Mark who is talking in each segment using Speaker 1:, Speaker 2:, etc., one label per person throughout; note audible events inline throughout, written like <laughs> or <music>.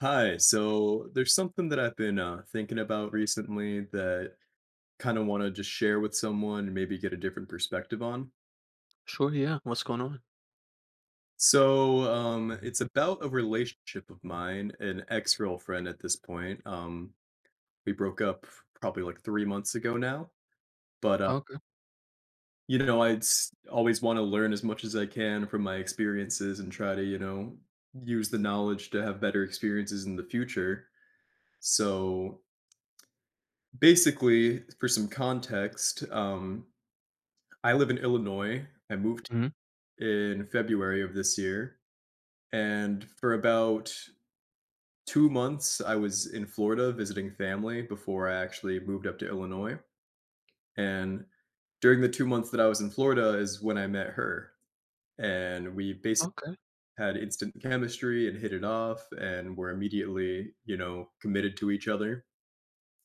Speaker 1: Hi. So there's something that I've been thinking about recently that kind of want to just share with someone and maybe get a different perspective on.
Speaker 2: Sure, yeah. What's going on?
Speaker 1: So, it's about a relationship of mine, an ex-girlfriend at this point. We broke up probably like 3 months ago now, but uh,
Speaker 2: Okay.
Speaker 1: you know, I always want to learn as much as I can from my experiences and try to, you know, use the knowledge to have better experiences in the future. So basically, for some context, I live in Illinois. I moved
Speaker 2: Mhm.
Speaker 1: in February of this year. And for about 2 months, I was in Florida visiting family before I actually moved up to Illinois. And during the 2 months that I was in Florida is when I met her. And we basically
Speaker 2: Okay.
Speaker 1: had instant chemistry and hit it off and were immediately, you know, committed to each other.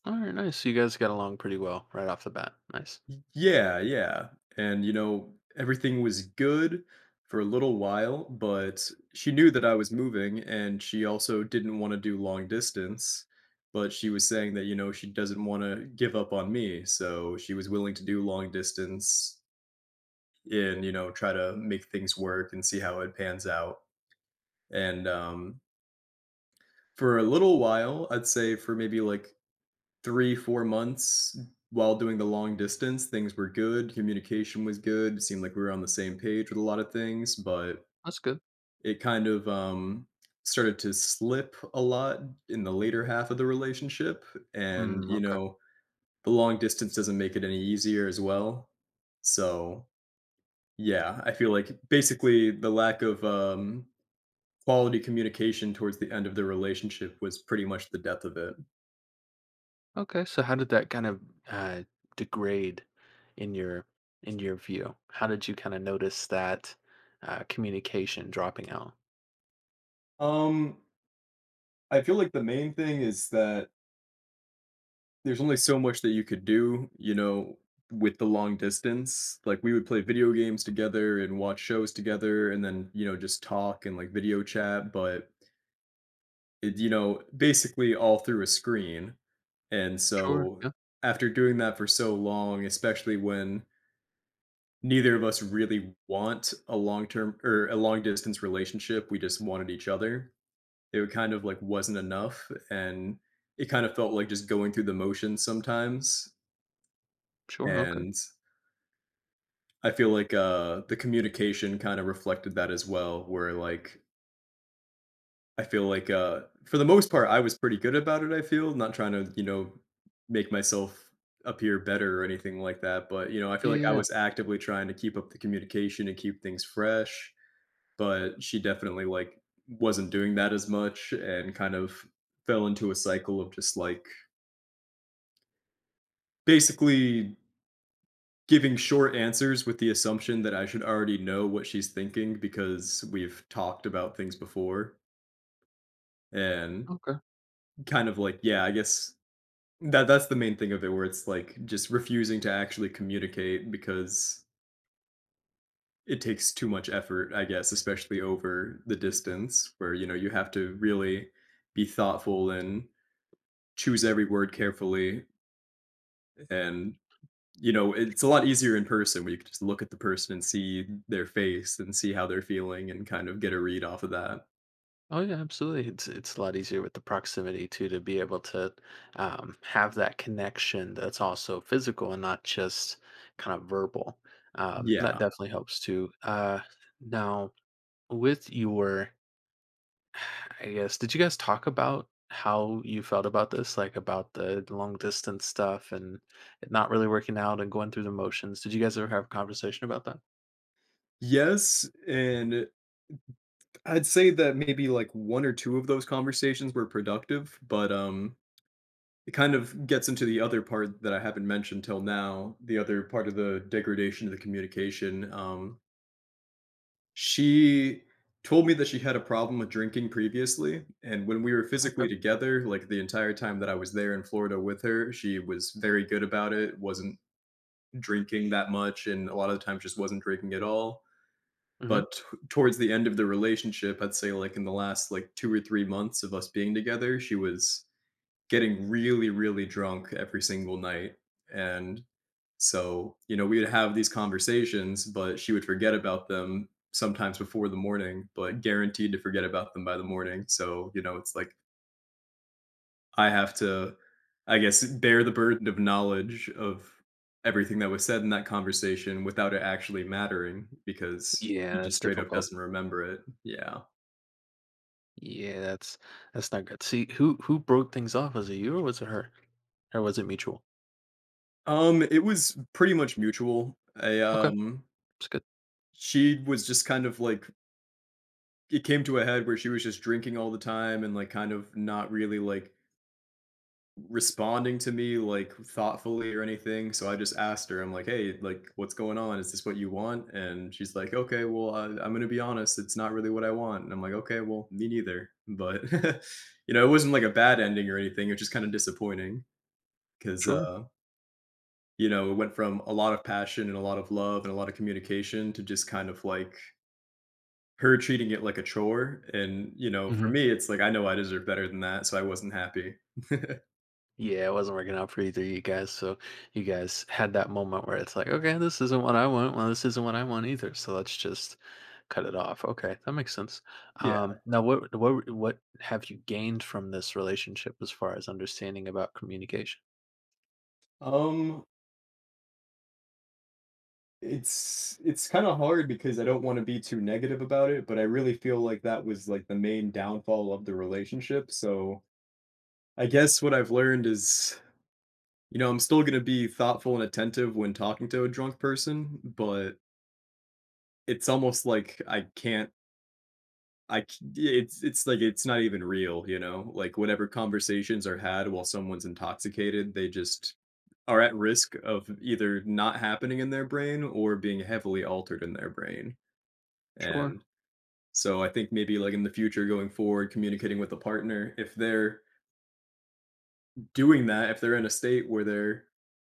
Speaker 2: Alright, nice. So you guys get along pretty well right off the bat. Nice.
Speaker 1: Yeah, yeah. And you know, everything was good for a little while, but she knew that I was moving and she also didn't want to do long distance, but she was saying that, you know, she doesn't want to give up on me, so she was willing to do long distance and, you know, try to make things work and see how it pans out. And for a little while, I'd say for maybe like 3, 4 months while doing the long distance, things were good, communication was good, seemed like we were on the same page with a lot of things, but
Speaker 2: That's good.
Speaker 1: it kind of, started to slip a lot in the later half of the relationship, and,
Speaker 2: Mm,
Speaker 1: you
Speaker 2: okay.
Speaker 1: know, the long distance doesn't make it any easier as well. So, yeah, I feel like basically the lack of, quality communication towards the end of the relationship was pretty much the death of it.
Speaker 2: Okay, so how did that kind of, uh, degrade in your in your view? How did you kinda notice that, communication dropping out?
Speaker 1: Um, I feel like the main thing is that there's only so much that you could do, you know, with the long distance. Like we would play video games together and watch shows together and then, you know, just talk and like video chat, but it, you know, basically all through a screen. And
Speaker 2: Sure,
Speaker 1: so
Speaker 2: yeah.
Speaker 1: after doing that for so long, especially when neither of us really want a long-term or a long distance relationship, we just wanted each other. It kind of like wasn't enough and it kind of felt like just going through the motions sometimes
Speaker 2: Sure, okay.
Speaker 1: and I feel like, the communication kinda reflected that as well, where, like, I feel like, for the most part, I was pretty good about it, I feel, not trying to, you know, make myself appear better or anything like that, but, you know, I feel
Speaker 2: Yeah,
Speaker 1: like
Speaker 2: yeah,
Speaker 1: I
Speaker 2: yeah.
Speaker 1: was actively trying to keep up the communication and keep things fresh, but she definitely, like, wasn't doing that as much and kind of fell into a cycle of just, like, basically giving short answers with the assumption that I should already know what she's thinking because we've talked about things before and
Speaker 2: Okay.
Speaker 1: kind of like, yeah, I guess that's the main thing of it where it's like just refusing to actually communicate because it takes too much effort, I guess, especially over the distance where, you know, you have to really be thoughtful and choose every word carefully and you know, it's a lot easier in person where you can just look at the person and see their face and see how they're feeling and kind of get a read off of that.
Speaker 2: Oh yeah, absolutely. It's a lot easier with the proximity too to be able to have that connection that's also physical and not just kind of verbal. That
Speaker 1: Yeah.
Speaker 2: definitely helps too. Now, with your, <sighs> I guess, did you guys talk about how you felt about this, like about the long distance stuff and it not really working out and going through the motions? Did you guys ever have a conversation about that?
Speaker 1: Yes, and I'd say that maybe like one or two of those conversations were productive, but it kind of gets into the other part that I haven't mentioned till now, the other part of the degradation of the communication. She told me that she had a problem with drinking previously, and when we were physically
Speaker 2: Okay.
Speaker 1: together, like the entire time that I was there in Florida with her, she was very good about it, wasn't drinking that much, and a lot of the times just wasn't drinking at all.
Speaker 2: Hmm.
Speaker 1: But towards the end of the relationship, I'd say like in the last like 2 or 3 months of us being together, she was getting really, really drunk every single night, and so, you know, we would have these conversations, but she would forget about them sometimes before the morning, but guaranteed to forget about them by the morning, so, you know, it's like I have to, I guess, bear the burden of knowledge of everything that was said in that conversation without it actually mattering because
Speaker 2: Yeah,
Speaker 1: she just
Speaker 2: that's
Speaker 1: straight up
Speaker 2: difficult.
Speaker 1: doesn't remember it. Yeah.
Speaker 2: Yeah, that's not good. See, who broke things off? Was it you or was it her? Or was it mutual?
Speaker 1: It was pretty much mutual.
Speaker 2: Okay, it's good.
Speaker 1: She was just kind of like it came to a head where she was just drinking all the time and like kind of not really like responding to me like thoughtfully or anything, so I just asked her, I'm like, hey, like, what's going on, is this what you want? And she's like, okay, well, I'm gonna be honest, it's not really what I want. And I'm like, okay, well, me neither. But <laughs> you know, it wasn't like a bad ending or anything, it was just kind of disappointing because
Speaker 2: Sure.
Speaker 1: uh you know, it went from a lot of passion and a lot of love and a lot of communication to just kind of like her treating it like a chore. And, you know, for
Speaker 2: Mhm.
Speaker 1: me, it's like, I know I deserve better than that, so I wasn't happy. <laughs>
Speaker 2: Yeah, it wasn't working out for either of you guys. So you guys had that moment where it's like, okay, this isn't what I want. Well, this isn't what I want either. So let's just cut it off. Okay, that makes sense.
Speaker 1: Yeah.
Speaker 2: Now, what have you gained from this relationship as far as understanding about communication?
Speaker 1: Um, it's kinda hard because I don't wanna be too negative about it, but I really feel like that was, like, the main downfall of the relationship, so I guess what I've learned is, you know, I'm still gonna be thoughtful and attentive when talking to a drunk person, but it's almost like I can't I c it's like it's not even real, you know? Like, whatever conversations are had while someone's intoxicated, they just are at risk of either not happening in their brain or being heavily altered in their brain,
Speaker 2: Sure.
Speaker 1: and so I think maybe, like, in the future going forward, communicating with a partner, if they're doing that, if they're in a state where they're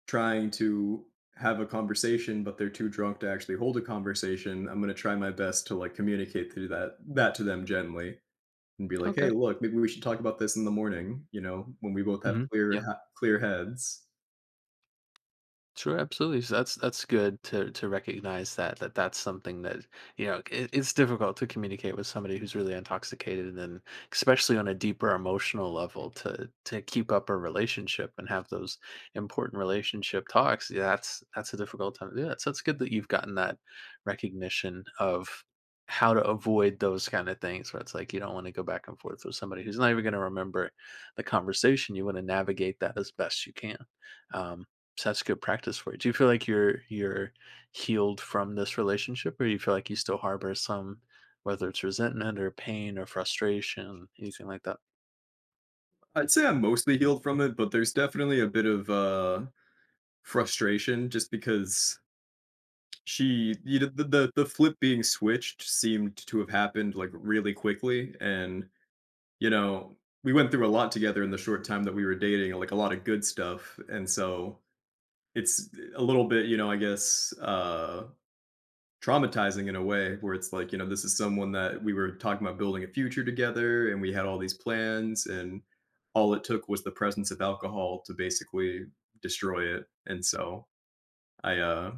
Speaker 1: trying to have a conversation, but they're too drunk to actually hold a conversation, I'm gonna try my best to, like, communicate through that to them gently. And be like, "Hey,
Speaker 2: Okay.
Speaker 1: look, maybe we should talk about this in the morning, you know, when we both have
Speaker 2: Hmm. Yeah.
Speaker 1: clear heads."
Speaker 2: Sure, absolutely. So that's good to recognize that that's something that you know it's difficult to communicate with somebody who's really intoxicated, and then especially on a deeper emotional level to keep up a relationship and have those important relationship talks. Yeah, that's a difficult time to do that. So it's good that you've gotten that recognition of how to avoid those kind of things where it's like you don't want to go back and forth with somebody who's not even going to remember the conversation. You want to navigate that as best you can. Um, so that's good practice for you. Do you feel like you're healed from this relationship, or you feel like you still harbor some, whether it's resentment or pain or frustration, anything like that?
Speaker 1: I'd say I'm mostly healed from it, but there's definitely a bit of, frustration just because she you know, the flip being switched seemed to have happened, like, really quickly, and, you know, we went through a lot together in the short time that we were dating, like, a lot of good stuff, and so it's a little bit, you know, I guess, traumatizing in a way where it's like, you know, this is someone that we were talking about building a future together and we had all these plans, and all it took was the presence of alcohol to basically destroy it. And so I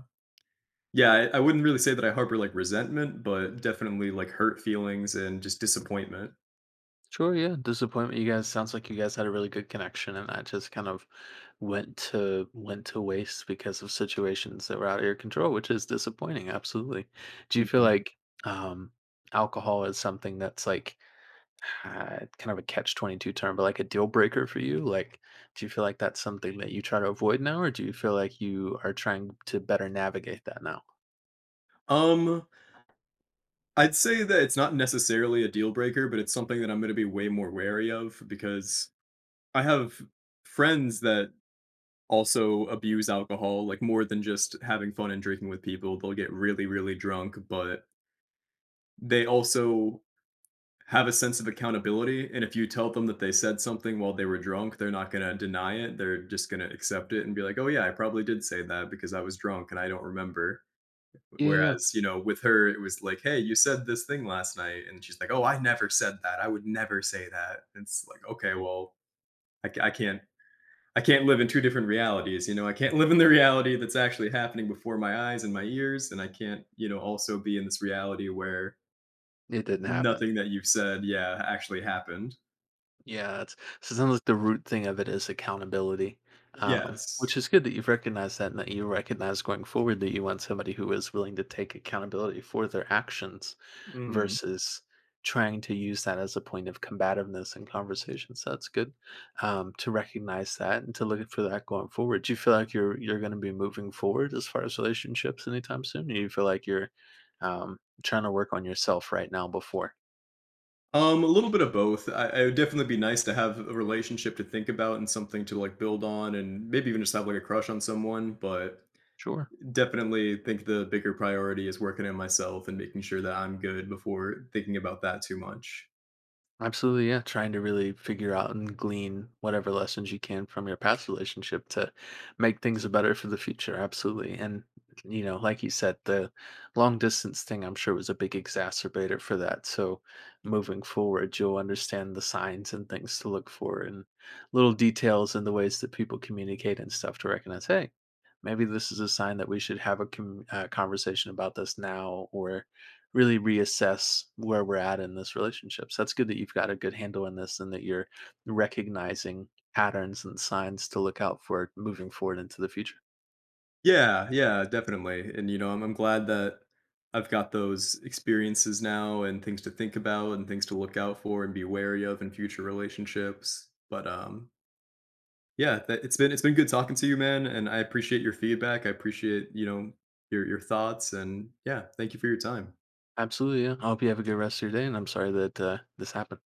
Speaker 1: yeah, I wouldn't really say that I harbor like resentment, but definitely like hurt feelings and just disappointment.
Speaker 2: Sure, yeah. Disappointment. You guys sounds like you guys had a really good connection, and that just kind of went to waste because of situations that were out of your control, which is disappointing. Absolutely. Do you feel
Speaker 1: Mhm.
Speaker 2: like um, alcohol is something that's like kind of a catch 22 term, but like a deal breaker for you? Like, do you feel like that's something that you try to avoid now, or do you feel like you are trying to better navigate that now?
Speaker 1: um I'd say that it's not necessarily a deal breaker, but it's something that I'm going to be way more wary of because I have friends that also abuse alcohol, like, more than just having fun and drinking with people. They'll get really, really drunk, but they also have a sense of accountability, and if you tell them that they said something while they were drunk, they're not gonna deny it, they're just gonna accept it and be like, "Oh, yeah, I probably did say that because I was drunk and I don't remember."
Speaker 2: Yeah,
Speaker 1: Whereas, you know, with her, it was like, "Hey, you said this thing last night," and she's like, "Oh, I never said that. I would never say that." It's like, "Okay, well, I ca I can't I can't live in two different realities. You know, I can't live in the reality that's actually happening before my eyes and my ears, and I can't, you know, also be in this reality where
Speaker 2: it didn't happen.
Speaker 1: nothing that you've said, yeah, actually happened."
Speaker 2: Yeah, it's so it sounds like the root thing of it is accountability,
Speaker 1: Yes.
Speaker 2: which is good that you've recognized that and that you recognize going forward that you want somebody who is willing to take accountability for their actions
Speaker 1: Mhm.
Speaker 2: versus trying to use that as a point of combativeness in conversation. So that's good to recognize that and to look for that going forward. Do you feel like you're going to be moving forward as far as relationships anytime soon? Or you feel like you're trying to work on yourself right now before?
Speaker 1: A little bit of both. I would definitely be nice to have a relationship to think about and something to like build on, and maybe even just have like a crush on someone. But
Speaker 2: Sure.
Speaker 1: definitely think the bigger priority is working on myself and making sure that I'm good before thinking about that too much.
Speaker 2: Absolutely, yeah. Trying to really figure out and glean whatever lessons you can from your past relationship to make things better for the future. Absolutely. And, you know, like you said, the long distance thing, I'm sure, was a big exacerbator for that. So moving forward, you'll understand the signs and things to look for and little details and the ways that people communicate and stuff to recognize, hey, maybe this is a sign that we should have a conversation about this now or really reassess where we're at in this relationship. So that's good that you've got a good handle on this and that you're recognizing patterns and signs to look out for moving forward into the future.
Speaker 1: Yeah, yeah, definitely, and, you know, I'm glad that I've got those experiences now and things to think about and things to look out for and be wary of in future relationships, but, yeah, that it's been good talking to you, man, and I appreciate your feedback, I appreciate, you know, your thoughts, and yeah, thank you for your time.
Speaker 2: Absolutely. Yeah. I hope you have a good rest of your day. And I'm sorry that this happened.